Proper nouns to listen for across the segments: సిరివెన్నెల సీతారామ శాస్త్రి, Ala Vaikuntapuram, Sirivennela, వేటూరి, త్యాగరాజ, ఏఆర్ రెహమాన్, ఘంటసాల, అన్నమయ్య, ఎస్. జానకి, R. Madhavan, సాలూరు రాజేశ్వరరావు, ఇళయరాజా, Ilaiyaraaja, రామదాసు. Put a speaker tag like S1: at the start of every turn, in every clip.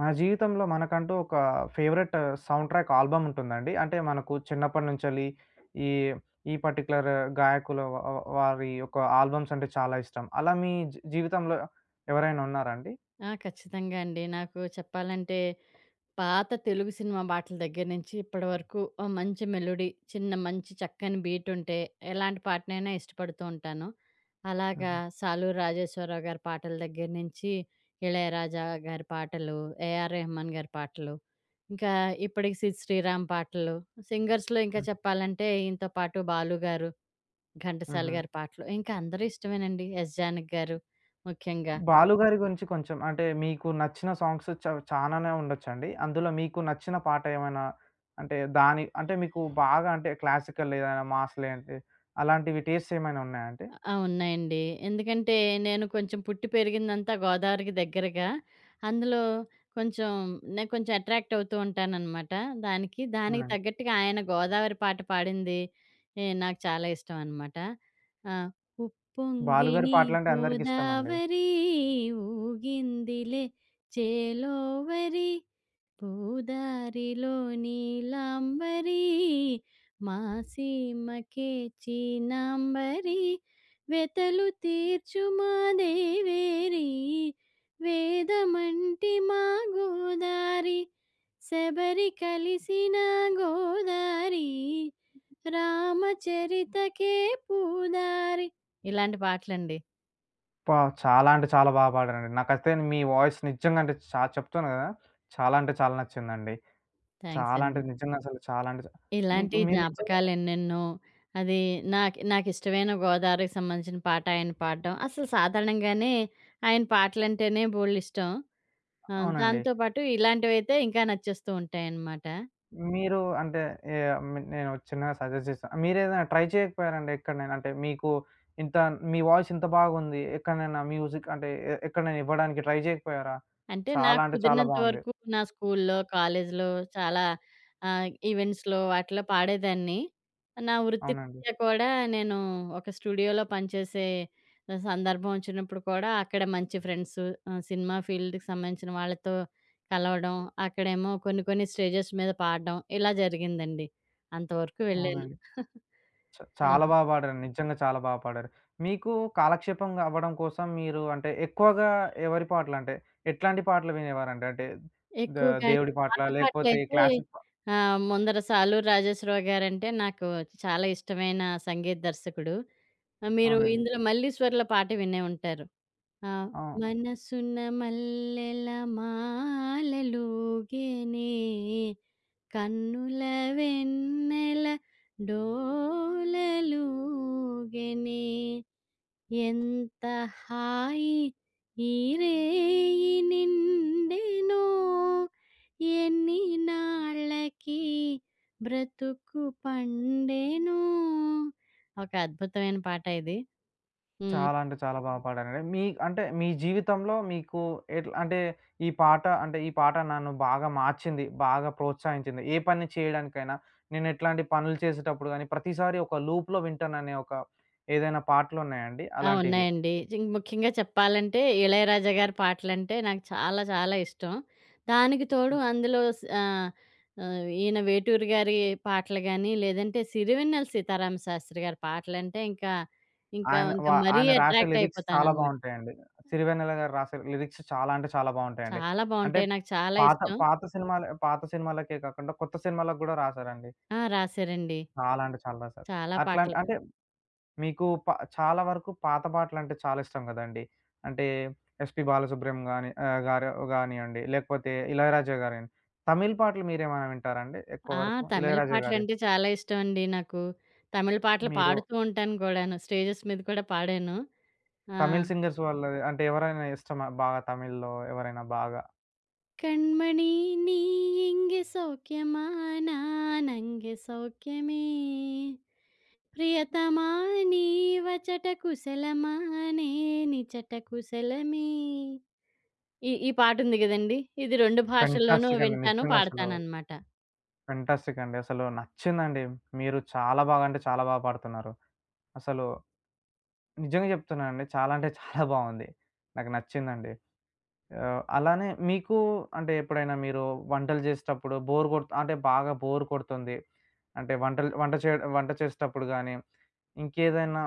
S1: మన జీవితంలో మనకంటూ ఒక favourite sound track album ఉంటుందండి. అంటే మనకు చిన్నప్పటి నుంచెల్లి ఈ ఈ పర్టిక్యులర్ గాయకుల వ వ వారి యొక్క ఆల్బమ్స్ అంటే చాలా ఇష్టం. అలా మీ జీవితంలో ఎవరైనా ఉన్నారా అండి?
S2: ఆ! ఖచ్చితంగా అండి. నాకు చెప్పాలంటే పాత తెలుగు సినిమా పాటల దగ్గర నుంచి ఇప్పటి వరకు మంచి మెలోడీ, చిన్న మంచి చక్కని బీట్ ఉంటే ఎలాంటి పాటనైనా ఇష్టపడుతూ ఉంటాను. అలాగా
S1: హుహు.
S2: 'సాలూరు రాజేశ్వరరావు' గారి పాటల దగ్గర నుంచి 'ఇళయరాజా' గారి పాటలు, 'ఏఆర్ రెహమాన్' గారి పాటలు, ఇంకా ఇప్పటికి 'సిద్ శ్రీరామ్' పాటలు, సింగర్స్‌లో ఇంకా
S1: హ్మ్.
S2: చెప్పాలంటే ఈయనతో పాటు 'బాలు' గారు, 'ఘంటసాల'
S1: హుహు.
S2: గారి పాటలు ఇంకా అందరూ ఇష్టమేనండి. 'ఎస్. జానకి' గారు ముఖ్యంగా.
S1: బాలు గారి గురించి కొంచెం అంటే మీకు నచ్చిన సాంగ్స్ చాలానే ఉండొచ్చండి. అందులో మీకు నచ్చిన పాట ఏమైనా అంటే దాని అంటే మీకు బాగా అంటే క్లాసికల్ ఏదైనా మాస్ లేదంటే అలాంటివి టేస్ట్స్ ఏమైనా ఉన్నాయా అండి?
S2: ఆ! ఉన్నాయండి. ఎందుకంటే నేను కొంచెం పుట్టి పెరిగిందంతా గోదావరికి దగ్గరగా. అందులో కొంచెం నేను కొంచెం అట్రాక్ట్ అవుతూ ఉంటాననమాట దానికి. దానికి
S1: అవునండి.
S2: తగ్గట్టుగా ఆయన గోదావరి పాట పాడింది ఎ నాకు చాలా ఇష్టం అనమాట. ఆ!
S1: బాలు గారి
S2: ఉప్పొంగిని
S1: పాటలంటే అందరికిష్టమండి.
S2: గోదావరి ఊగిందిలే చేలోవరి పూదారిలోని లాంబరి మా సీమకే చీనాంబరి వెతలు తీర్చు మా దేవేరి వేదమంటి మా గోదారి శబరి కలిసిన గోదారి రామచరితకే పూదారి ఇలాంటి పాటలండి.
S1: అబ్బా! చాలా అంటే చాలా బాగా పాడారండి. నాకైతే మీ వాయిస్ నిజంగా అంటే చెప్తున్నా గదా! చాలా అంటే చాలా నచ్చిందండి.
S2: థ్యాంక్స్
S1: చాలా
S2: అండి.
S1: అంటే నిజంగా అసలు చాలా అంటే మీకు
S2: ఇలాంటి
S1: మీరు నిజంగా
S2: జ్ఞాపకాలెన్నెన్నో. అది నాకు నాకిష్టమైన 'గోదావరికి' సంబంధించిన పాట ఆయన పాడడం. అసలు సాధారణంగానే ఆయన పాటలంటేనే బోలెడిష్టం.
S1: అవునండి.
S2: దాంతో పాటు ఇలాంటివైతే ఇంకా నచ్చేస్తూ ఉంటాయనమాట.
S1: మీరు అంటే ఏ మి నేను చిన్నగా సజెస్ట్ చేస్తాను. మీరేదైనా ట్రై చేయకపోయారండి ఎక్కడనైనా? అంటే మీకు ఇంత మీ వాయిస్ ఇంత బాగుంది. ఎక్కడనైనా మ్యూజిక్ అంటే ఎక్కడనైనా ఇవ్వడానికి ట్రై చేయకపోయారా?
S2: అంటే
S1: చాలా
S2: నాకు
S1: అంటే చాలా
S2: కుదిరినంత
S1: బావుంది.
S2: వరకు నా స్కూల్లో, కాలేజీలో చాలా ఈవెంట్స్‌లో వాటిలో పాడేదాన్ని. నా
S1: అవునండి.
S2: వృత్తిరీత్యా కూడా నేను ఒక స్టూడియోలో పనిచేసే సందర్భం వచ్చినప్పుడు కూడా అక్కడ మంచి ఫ్రెండ్స్ సినిమా ఫీల్డ్‌కి సంబంధించిన వాళ్ళతో కలవడం, అక్కడేమో కొన్ని కొన్ని స్టేజెస్ మీద పాడడం ఇలా జరిగిందండి. అంతవరకు వెళ్ళాను.
S1: అవునండి. చ
S2: అలా
S1: చాలా బాగా పాడారు. నిజంగా చాలా బాగా పాడారు. మీకు కాలక్షేపం అవ్వడం కోసం మీరు అంటే ఎక్కువగా ఎవరి పాటలంటే, ఎట్లాంటి పాటలు వినేవారండి? అంటే ద
S2: ఎక్కువగా అండి.
S1: దేవుడి
S2: పాత
S1: పాటలా? లేకపోతే
S2: పాటలైతే
S1: క్లాసిక్
S2: ముందర 'సాలూరు రాజేశ్వరరావు' గారంటే నాకు చాలా ఇష్టమైన సంగీత దర్శకుడు. మీరు
S1: అవునండి.
S2: ఇందులో మల్లీశ్వర్ల పాట వినే ఉంటారు. ఆ!
S1: అవును.
S2: మనసున మల్లెల మాలలూగెనే కన్నుల వెన్నెల డోలలూగెనే ఎంత హాయి ఈ రేయి నిండెనో ఎన్ని నాళ్ళకి బ్రతుకు పండేను. ఒక అద్భుతమైన పాట ఇది. హ్మ్.
S1: చాలా అంటే చాలా బాగా పాడారండి. మీ అంటే మీ జీవితంలో మీకు ఎట్లా అంటే ఈ పాట అంటే ఈ పాట నన్ను బాగా మార్చింది, బాగా ప్రోత్సహించింది. ఏ పని చేయడానికైనా, నేను ఎట్లాంటి పనులు చేసేటప్పుడు గాని, ప్రతిసారి ఒక లూప్‌లో వింటాననే ఒక ఏదైనా పాటలున్నాయండి
S2: ఆ!
S1: అలాంటివి?
S2: ఉన్నాయండి. ఇంక ముఖ్యంగా చెప్పాలంటే 'ఇళయరాజా' గారి పాటలంటే నాకు చాలా చాలా ఇష్టం. దానికి తోడు అందులో ఈయన 'వేటూరి' గారి పాటలు గాని, లేదంటే 'సిరివెన్నెల సీతారామ శాస్త్రి' గారి పాటలంటే ఇంకా, ఇంకా,
S1: ఆయన వ
S2: ఇంకా మరీ
S1: ఆయన రాసే
S2: అట్రాక్ట్
S1: లిరిక్స్ చాలా
S2: అయిపోతాననమాట.
S1: బావుంటాయండి. 'సిరివెన్నెల' గారు రాసే లిరిక్స్ చాలా అంటే చాలా బావుంటాయండి.
S2: చాలా
S1: అంటే
S2: బావుంటాయి. నాకు చాలా
S1: పాత
S2: ఇష్టం.
S1: పాత పాత సినిమాలకే కాకుండా కొత్త సినిమాలకు గూడా రాసారండి.
S2: ఆ! రాశారండి.
S1: చాలా అంటే చాలా రాసారు.
S2: చాలా
S1: అట్లా
S2: పాటలు.
S1: అంటే మీకు చాలా వరకు పాత పాటలంటే చాలా ఇష్టం గదండీ! అంటే 'ఎస్‌పి బాలసుబ్రహ్మణ్యం' గాని గారు గానియండి, లేకపోతే 'ఇళయరాజా' గారియండి. తమిళ్ పాటలు మీరేమైనా వింటారండి ఎక్కువ
S2: ఆ!
S1: వరకు?
S2: తమిళ్
S1: 'ఇళయరాజా' గారియి.
S2: పాటలంటే చాలా ఇష్టమండి నాకు. తమిళ్ పాటలు
S1: మీరు
S2: పాడుతూ ఉంటాను కూడాను. స్టేజెస్ మీద కూడా పాడాను. ఆ!
S1: తమిళ్ సింగర్స్ వాళ్ళది అంటే ఎవరైనా ఇష్టమా బాగా తమిళ్‌లో ఎవరైనా బాగా?
S2: "కణ్మణి నీ ఇంగె సౌఖ్యమా నానంగె సౌఖ్యమే, ప్రియతమా నీవచట కుశలమా నేనిచట కుశలమే." ఈ ఈ పాటుంది గదండీ! ఇది 2 భాషల్లోనూ
S1: ఫెంటాస్టిక్ అండి.
S2: వింటాను,
S1: నిజంగా అసలు
S2: పాడతాననమాట.
S1: ఫెంటాస్టిక్ అండి. అసలు నచ్చిందండి. మీరు చాలా బాగా అంటే చాలా బాగా పాడుతున్నారు. అసలు నిజంగా చెప్తున్నానండి. చాలా అంటే చాలా బావుంది. నాకు నచ్చిందండి. అలానే మీకు అంటే ఎప్పుడైనా మీరు వంటలు చేసేటప్పుడు బోర్ కొడుతు అంటే బాగా బోర్ కొడుతుంది. అంటే వంటలు వంట చేసేటప్పుడు గానీ, ఇంకేదైనా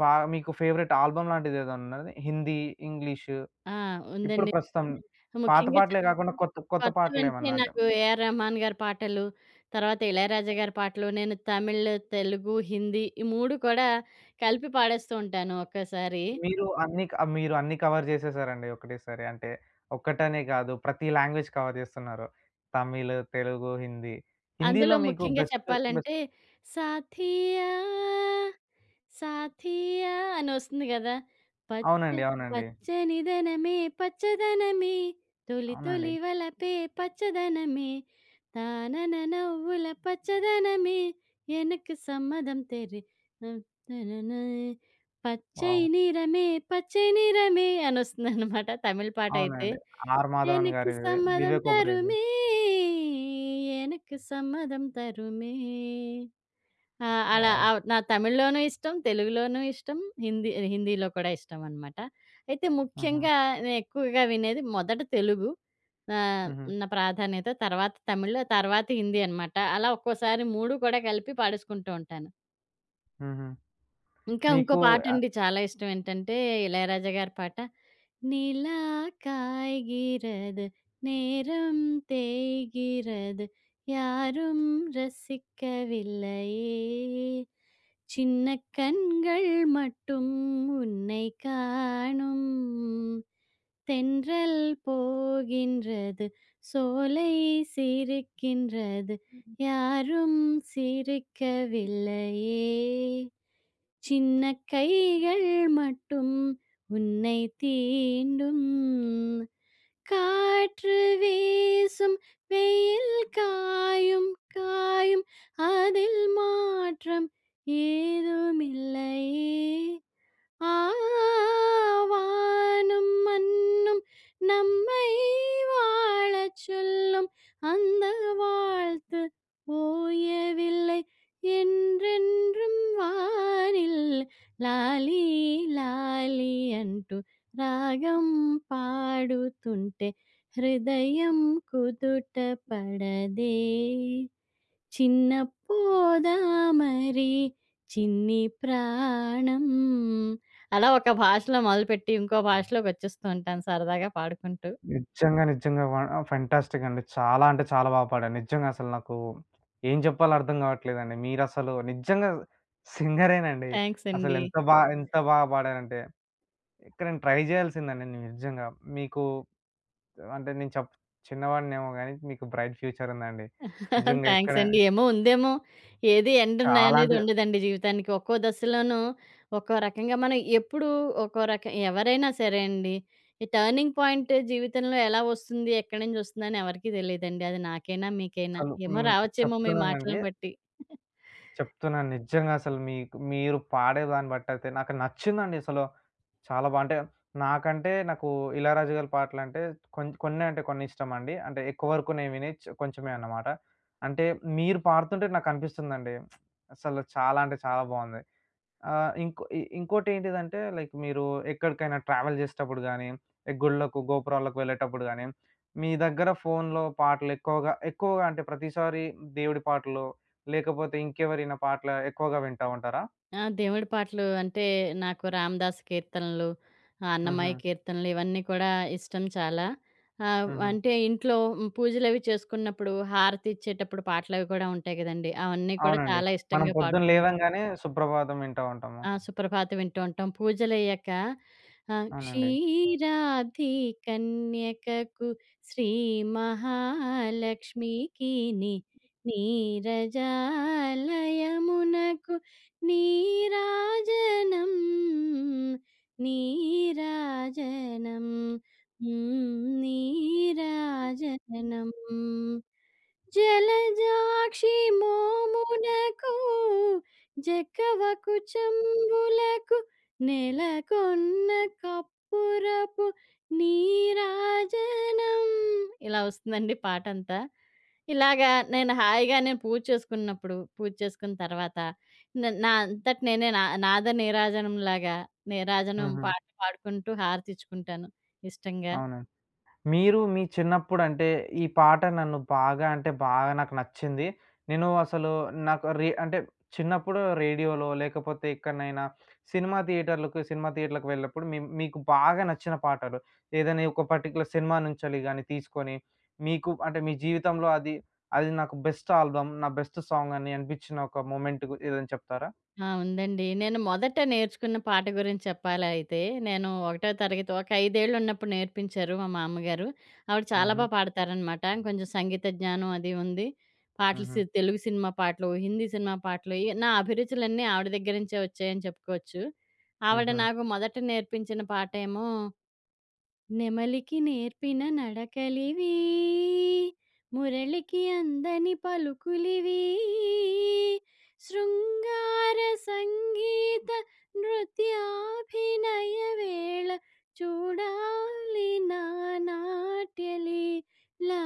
S1: మీకు ఫేవరెట్ ఆల్బమ్ లాంటిది ఏదైనా ఉన్నది? హిందీ, ఇంగ్లీషు
S2: ఆ!
S1: ఇప్పుడు
S2: ఉందండి.
S1: ప్రస్తుతం పాత
S2: ముఖ్యంగా
S1: పాటలే కాకుండా కొత్త కొత్త
S2: కొత్తవంటే
S1: పాటలేమన్నా అంటే
S2: నాకు ఏఆర్ రెహమాన్ గారి పాటలు, తర్వాత ఇళయరాజా గారి పాటలు, నేను తమిళ్, తెలుగు, హిందీ ఈ 3 కూడా కలిపి పాడేస్తూ ఉంటాను ఒక్కోసారి.
S1: మీరు అన్ని కవర్ చేసేసారండి ఒకటేసారి. అంటే ఒక్కటనే కాదు ప్రతి లాంగ్వేజ్ కవర్ చేస్తున్నారు. తమిళ్, తెలుగు, హిందీ.
S2: అందులో
S1: హిందీలో మీకు
S2: ముఖ్యంగా
S1: బెస్ట్
S2: చెప్పాలంటే,
S1: బెస్ట్
S2: 'సాథియా సాథియా' అనొస్తుంది గదా! పచ్చ
S1: అవునండి. అవునండి.
S2: పచ్చనిదనమే పచ్చదనమే తొలి
S1: అవునండి.
S2: తొలి వలపే పచ్చదనమే తానన నవ్వుల పచ్చదనమే ఎనకు సమ్మదం తెరే హ్మ్, తననయ్ పచ్చై
S1: వావ్!
S2: నిరమే పచ్చై నిరమే అనొస్తుందనమాట తమిళ్ పాటయితే.
S1: అవునండి. 'ఆర్ మాధవన్'
S2: எனக்கு
S1: గారిది,
S2: சம்மதம்
S1: వివేక్ ఒబెరాయ్‌ది.
S2: தருமே எனக்கு సమ్మదం తరుమే ఆ! అలా
S1: వావ్!
S2: నా తమిళ్‌లోనూ ఇష్టం, తెలుగులోనూ ఇష్టం, హిందీలో కూడా ఇష్టం అనమాట. అయితే
S1: హుహు.
S2: ముఖ్యంగా నేను ఎక్కువగా వినేది మొదట తెలుగు ఆహ్,
S1: హుహు.
S2: నా ప్రాధాన్యత. తర్వాత తమిళ్, తర్వాత హిందీ అనమాట. అలా ఒక్కోసారి 3 కూడా కలిపి పాడేసుకుంటూ ఉంటాను.
S1: హుహు.
S2: ఇంకా ఇంకో
S1: మీకు
S2: పాటండి చాలా ఇష్టం ఏంటంటే, ఇళయరాజా గారి పాట நிலா காய்கிறது நேரம் தேய்கிறது யாரும் ரசிக்கவில்லையே சின்ன கண்கள் மட்டும் உன்னை காணும் தென்றல் போகின்றது சோலை சிரிக்கின்றது யாரும் சிரிக்கவில்லையே சின்ன கைகள் மட்டும் உன்னை தீண்டும் காற்று வீசும் வெயில் காயும் காயும் அதில் மாற்றம் ஏதுமில்லையே ఆవాను మన్ను నమై వాళచ్యులుం అందవాళ్తు ఓయవిలై ఎన్రిన్రుం వానిల్ లాలి లాలి ఎంటు రాగం పాడు తుంటే రిదయం కుతుట్టపడదే చిన్న పోదామరి చిన్ని ప్రాణం. అలా ఒక భాషలో మొదలుపెట్టి ఇంకో భాషలోకి వచ్చేస్తూ ఉంటాను సరదాగా పాడుకుంటూ.
S1: నిజంగా, నిజంగా. ఆ! ఫెంటాస్టిక్ అండి. చాలా అంటే చాలా పాడారు. నిజంగా అసలు నాకు ఏం చెప్పాలో అర్థం కావట్లేదండి. మీరసలు నిజంగా సింగరేనండి.
S2: థాంక్స్
S1: అసలు
S2: అండి.
S1: ఎంత ఎంత బాగా పాడారంటే, ఇక్కడ నేను ట్రై చేయాల్సిందండి నేను నిజంగా. మీకు అంటే నేను చెప్ చిన్నవాడినేమో గానీ, మీకు బ్రైట్ ఫ్యూచర్ ఉందండి. నిజంగా
S2: థాంక్స్
S1: ఎక్కడ
S2: అండి. ఏమో ఉందేమో. ఏది ఎండ్ ఉన్న
S1: చాలా
S2: అనేది
S1: అంటే
S2: ఉండదండి జీవితానికి. ఒక్కో దశలోనూ ఒక్కో రకంగా మనం ఎప్పుడు ఒక్కో రకం ఎవరైనా సరే అండి. ఈ టర్నింగ్ పాయింట్ జీవితంలో ఎలా వస్తుంది? ఎక్కడి నుంచి వస్తుందని ఎవరికీ తెలీదండి. అది నాకైనా మీకైనా.
S1: అసలు
S2: ఏమో రావచ్చేమో మీ
S1: చెప్తున్నానండి.
S2: మాటలను బట్టి.
S1: చెప్తున్నాను నిజంగా అసలు మీకు మీరు పాడే దాన్ని బట్టయితే నాకు నచ్చిందండి అసలు. చాలా అంటే నాకంటే నాకు 'ఇళయరాజా' గారి పాటలంటే కొన్నే అంటే కొన్ని ఇష్టమండి. అంటే ఎక్కువ వరకు నేను వినేయి కొంచెమే అన్నమాట. అంటే మీరు పాడుతుంటే నాకనిపిస్తుందండి. అసలు చాలా అంటే చాలా బావుంది. ఇంకో ఇంకోటేంటిదంటే లైక్ మీరు ఎక్కడికైనా ట్రావెల్ చేసేటప్పుడు గానీ, గుళ్ళకు, గోపురాలకు వెళ్ళేటప్పుడు గానీ, మీ దగ్గర ఫోన్‌లో పాటలు ఎక్కువగా ఎక్కువగా అంటే ప్రతిసారి దేవుడి పాటలు, లేకపోతే ఇంకెవరైనా పాటలు ఎక్కువగా వింటా ఉంటారా?
S2: ఆ! దేవుడి పాటలు అంటే, నాకు రామదాసు కీర్తనలు,
S1: హుహు.
S2: అన్నమయ్య కీర్తనలు ఇవన్నీ కూడా ఇష్టం చాలా.
S1: హుహు.
S2: అంటే ఇంట్లో హ్మ్, పూజలవి చేసుకున్నప్పుడు హారతి ఇచ్చేటప్పుడు పాటలవి కూడా ఉంటాయి గదండీ! అవన్నీ కూడా
S1: అవునండి.
S2: చాలా
S1: మనం
S2: ఇష్టంగా
S1: పొద్దున
S2: పాడుతూ ఉంటాను.
S1: లేవంగానే సుప్రభాతం వింటా ఉంటాము.
S2: ఆ! సుప్రభాతం వింటూ ఉంటాం. పూజలయ్యాక
S1: అవునండి.
S2: క్షీరాబ్ది కన్యకకు శ్రీ మహాలక్ష్మికిని నీరజాలయమునకు నీరాజనం నీరాజనం హ్మ్. నీరాజనం. జలజాక్షి మోమునకు జక్కవకు చంబులకు నెలకొన్న కప్పురపు నీరాజనం ఇలా వస్తుందండి పాటంతా. ఇలాగా నేను హాయిగా నేను పూజ చేసుకున్నప్పుడు, పూజ చేసుకున్న తర్వాత నా అంతట నేనే నా నాద నీరాజనంలాగా నీరాజనం
S1: హుహు.
S2: పాట పాడుకుంటూ హారతిచ్చుకుంటాను ఇష్టంగా.
S1: అవును. మీరు మీ చిన్నప్పుడంటే, ఈ పాట నన్ను బాగా అంటే బాగా నాకు నచ్చింది. నేను అసలు నాకు అంటే చిన్నప్పుడు రేడియోలో లేకపోతే ఎక్కడనైనా సినిమా థియేటర్‌లకు వెళ్ళినప్పుడు మీకు బాగా నచ్చిన పాటలు ఏదైనా ఒక పర్టిక్యులర్ సినిమా నుంచెల్లి గాని తీసుకొని, మీకు అంటే మీ జీవితంలో అది, అది నాకు బెస్ట్ ఆల్బమ్, నా బెస్ట్ సాంగ్ అని అనిపించిన ఒక మూమెంట్ ఏదైనా చెప్తారా?
S2: ఆ! ఉందండి. నేను మొదట నేర్చుకున్న పాట గురించి చెప్పాలా అయితే, నేను ఒకటో తరగతి ఒక 5 ఏళ్ళు ఉన్నప్పుడు నేర్పించారు మా మామ్మగారు. ఆవిడ చాలా బా
S1: హుహు.
S2: పాడతారనమాట. కొంచెం సంగీత జ్ఞానం అది ఉంది. పాటలు
S1: హుహు.
S2: సి తెలుగు సినిమా పాటలు, హిందీ సినిమా పాటలు ఇ నా అభిరుచులన్నీ ఆవిడ దగ్గర నుంచే వచ్చాయని చెప్పుకోవచ్చు. ఆవిడ
S1: హుహు.
S2: నాకు మొదట నేర్పించిన పాటేమో నెమలికి నేర్పిన నడకలివి మురళికి అందని పలుకులివి శృంగార సంగీత నృత్యాభినయ వేళ చూడాలి నా నాట్యలీలా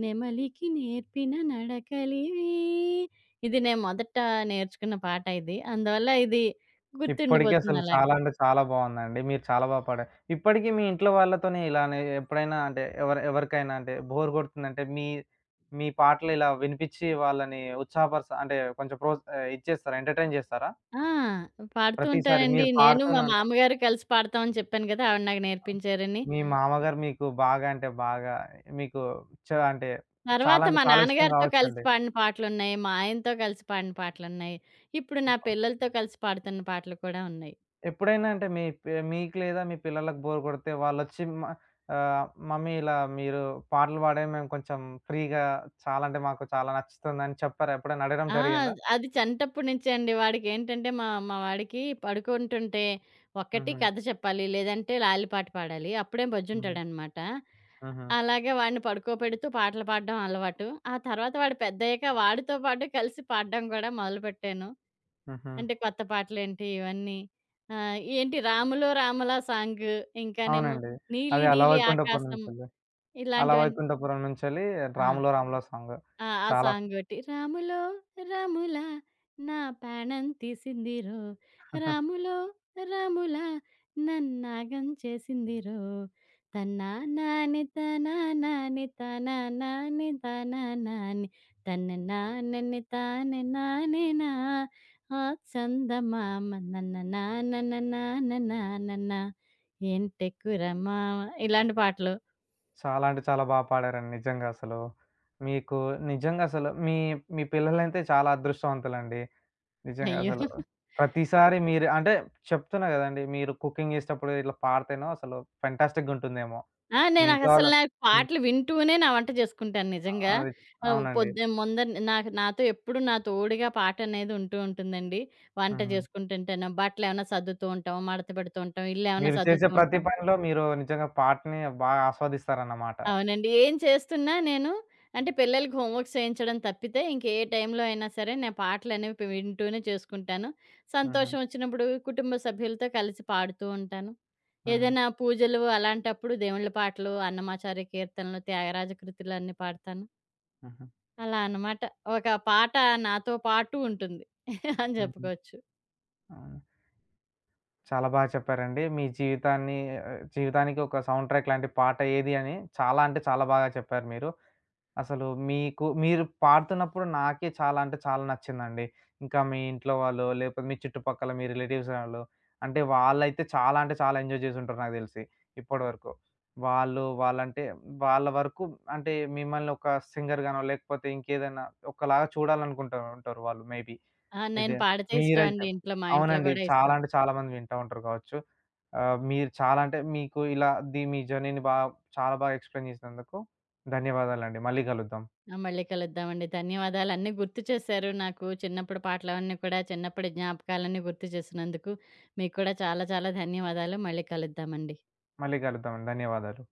S2: నెమలికి నేర్పిన నడకలివి ఇది నేను మొదట నేర్చుకున్న పాట ఇది అందువల్ల ఇది
S1: ఇప్పటికి
S2: గుర్తుండిపోతుంది
S1: అసలు
S2: అలాగా.
S1: చాలా అంటే చాలా బావుందండి. మీరు చాలా పాడారు. ఇప్పటికి మీ ఇంట్లో వాళ్ళతోని ఇలానే ఎప్పుడైనా అంటే ఎవరికైనా అంటే బోర్ కొడుతుందంటే మీ మీ పాటలు ఇలా వినిపిచ్చి వాళ్ళని ఉత్సాహపరస అంటే కొంచెం ఇచ్చేస్తారా? ఎంటర్‌టైన్ చేస్తారా?
S2: ఆ! పాడుతూ
S1: ప్రతిసారి
S2: ఉంటానండి.
S1: మీరు
S2: నేను మా
S1: పాడుతూనే ఉంటారు.
S2: మామగారు కలిసి పాడతాం అని చెప్పాను కదా! ఆవిడ నాకు నేర్పించారని.
S1: మీ మామగారు మీకు బాగా అంటే బాగా మీకు అంటే చాలా
S2: తర్వాత
S1: అంటే
S2: మా
S1: చాలా ఇష్టం
S2: నాన్నగారితో కలిసి
S1: కావచ్చండి.
S2: పాడిన పాటలున్నాయి. మా ఆయనతో కలిసి పాడిన పాటలున్నాయి. ఇప్పుడు నా పిల్లలతో కలిసి పాడుతున్న పాటలు కూడా ఉన్నాయి.
S1: ఎప్పుడైనా అంటే మీ మీకు లేదా మీ పిల్లలకు బోర్ కొడితే వాళ్ళొచ్చి మమ్మీ ఇలా మీరు పాటలు పాడేవి మేము కొంచెం ఫ్రీగా చాలా అంటే మాకు చాలా నచ్చుతుందని చెప్పారా? ఎప్పుడైనా అడగడం
S2: ఆ!
S1: జరిగిందా?
S2: అది చంటప్పుడు నుంచే అండి. వాడికేంటంటే మా మా వాడికి పడుకుంటుంటే ఒకటి
S1: హుహు.
S2: కథ చెప్పాలి. లేదంటే లాలిపాట పాడాలి. అప్పుడే
S1: హుహు.
S2: బొజ్జుంటాడనమాట.
S1: హుహు.
S2: అలాగే వాడిని పడుకోబెడుతూ పాటలు పాడడం అలవాటు. ఆ తర్వాత వాడు పెద్దయ్యాక వాడితో పాటు కలిసి పాడడం కూడా మొదలుపెట్టాను.
S1: హుహు.
S2: అంటే కొత్త పాటలేంటి ఇవన్నీ. ఏంటి 'రాములో రామల' సాంగు, ఇంకానేమో
S1: అవునండి.
S2: 'నీలి
S1: అదే 'అల
S2: నీలి
S1: వైకుంఠపురం'
S2: ఆకాశం'
S1: నుంచెల్లి. 'అల
S2: ఇలాంటివన్నీ.
S1: వైకుంఠపురం' నుంచెల్లి
S2: ఆ!
S1: 'రాములో రాములో' సాంగ్.
S2: ఆ
S1: చాలా
S2: సాంగొటి. రాములో రాములా నా ప్రాణం తీసిందిరో, రాములో రాములా నన్నాగం చేసిందిరో, తన్నా నాని తనా నాని తనా నాని తనా నాని తన నాన్నని తానె నానేనా ఆ చందమామ నన్న నాన్న నాన్న నాన్న ఏంటెక్కుర మామ ఇలాంటి పాటలు.
S1: చాలా అంటే చాలా పాడారండి నిజంగా అసలు. మీకు నిజంగా అసలు మీ మీ పిల్లలైతే చాలా అదృష్టవంతులండి. నిజంగా
S2: అయ్యో!
S1: అసలు. ప్రతిసారి మీరు అంటే చెప్తున్నా గదండీ! మీరు కుకింగ్ జేసేటప్పుడు ఇట్లా పాడితేనో అసలు ఫెంటాస్టిక్‌గుంటుందేమో.
S2: ఆ!
S1: మీ ఇంట్లో
S2: నేనసలు
S1: వాళ్ళు
S2: నాకు
S1: హ్మ్.
S2: పాటలు వింటూనే నా వంట చేసుకుంటాను నిజంగా.
S1: అది అవునండి.
S2: పొద్దు ముందర నాకు నాతో ఎప్పుడు నా తోడుగా పాటనేది ఉంటూ ఉంటుందండి. వంట
S1: హ్మ్.
S2: చేసుకుంటుంటాను, బట్టలేమన్నా సర్దుతూ ఉంటాం, మడత పెడుతూ ఉంటాం, ఇల్లేమన్నా
S1: మీరు చేసే
S2: సర్దుతూ
S1: ప్రతి
S2: ఉంటాం.
S1: పనిలో మీరు నిజంగా పాటని బాగా ఆస్వాదిస్తారన్నమాట.
S2: అవునండి. ఏం చేస్తున్నా నేను అంటే పిల్లలకి హోంవర్క్స్ చేయించడం తప్పితే ఇంక ఏ టైంలో అయినా సరే నేను పాటలనేవి పి వింటూనే చేసుకుంటాను.
S1: హుహు.
S2: సంతోషం వచ్చినప్పుడు కుటుంబ సభ్యులతో కలిసి పాడుతూ ఉంటాను.
S1: హుహు.
S2: ఏదైనా పూజలు అలాంటప్పుడు దేవుళ్ళ పాటలు, అన్నమాచార్య కీర్తనలు, త్యాగరాజ కృతులు అన్నీ పాడతాను.
S1: హుహు.
S2: అలా అనమాట. ఒక పాట నాతో పాటు ఉంటుంది అని
S1: హుహు.
S2: చెప్పుకోవచ్చు.
S1: అవును. చాలా బాగా చెప్పారండి. మీ జీవితాన్ని జీవితానికి ఒక సౌండ్ ట్రాక్ లాంటి పాట ఏది అని చాలా అంటే చాలా బాగా చెప్పారు మీరు. అసలు మీకు మీరు పాడుతున్నప్పుడు నాకే చాలా అంటే చాలా నచ్చిందండి. ఇంకా మీ ఇంట్లో వాళ్ళు, లేకపోతే మీ చుట్టుపక్కల మీ రిలేటివ్స్ వాళ్ళు అంటే వాళ్ళైతే చాలా అంటే చాలా ఎంజాయ్ చేసుంటారు నాకు తెలిసి ఇప్పటివరకు. వాళ్ళు వాళ్ళంటే వాళ్ళ వరకు అంటే మిమ్మల్ని ఒక సింగర్‌గానో లేకపోతే ఇంకేదైనా ఒకలాగా చూడాలనుకుంటా ఉంటారు వాళ్ళు మేబీ.
S2: ఆ! నేను
S1: ఇదే
S2: పాడితే ఇష్టం
S1: మీరైతే
S2: అండి ఇంట్లో, మా ఇంట్లో
S1: అవునండి.
S2: కూడా
S1: చాలా
S2: ఇష్టం.
S1: అంటే చాలా మంది వింటా ఉంటారు కావచ్చు. మీరు చాలా అంటే మీకు ఇలా మీ జర్నీని చాలా బాగా ఎక్స్‌ప్లెయిన్ చేసినందుకు ధన్యవాదాలండి. మళ్ళీ కలుద్దాం.
S2: ఆ! మళ్ళీ కలుద్దామండి. ధన్యవాదాలు. అన్నీ గుర్తు చేశారు నాకు. చిన్నప్పుడు పాటలవన్నీ కూడా, చిన్నప్పటి జ్ఞాపకాలన్నీ గుర్తు చేసినందుకు. మీకు కూడా చాలా చాలా ధన్యవాదాలు. మళ్ళీ కలుద్దామండి.
S1: మళ్ళీ కలుద్దాం. ధన్యవాదాలు.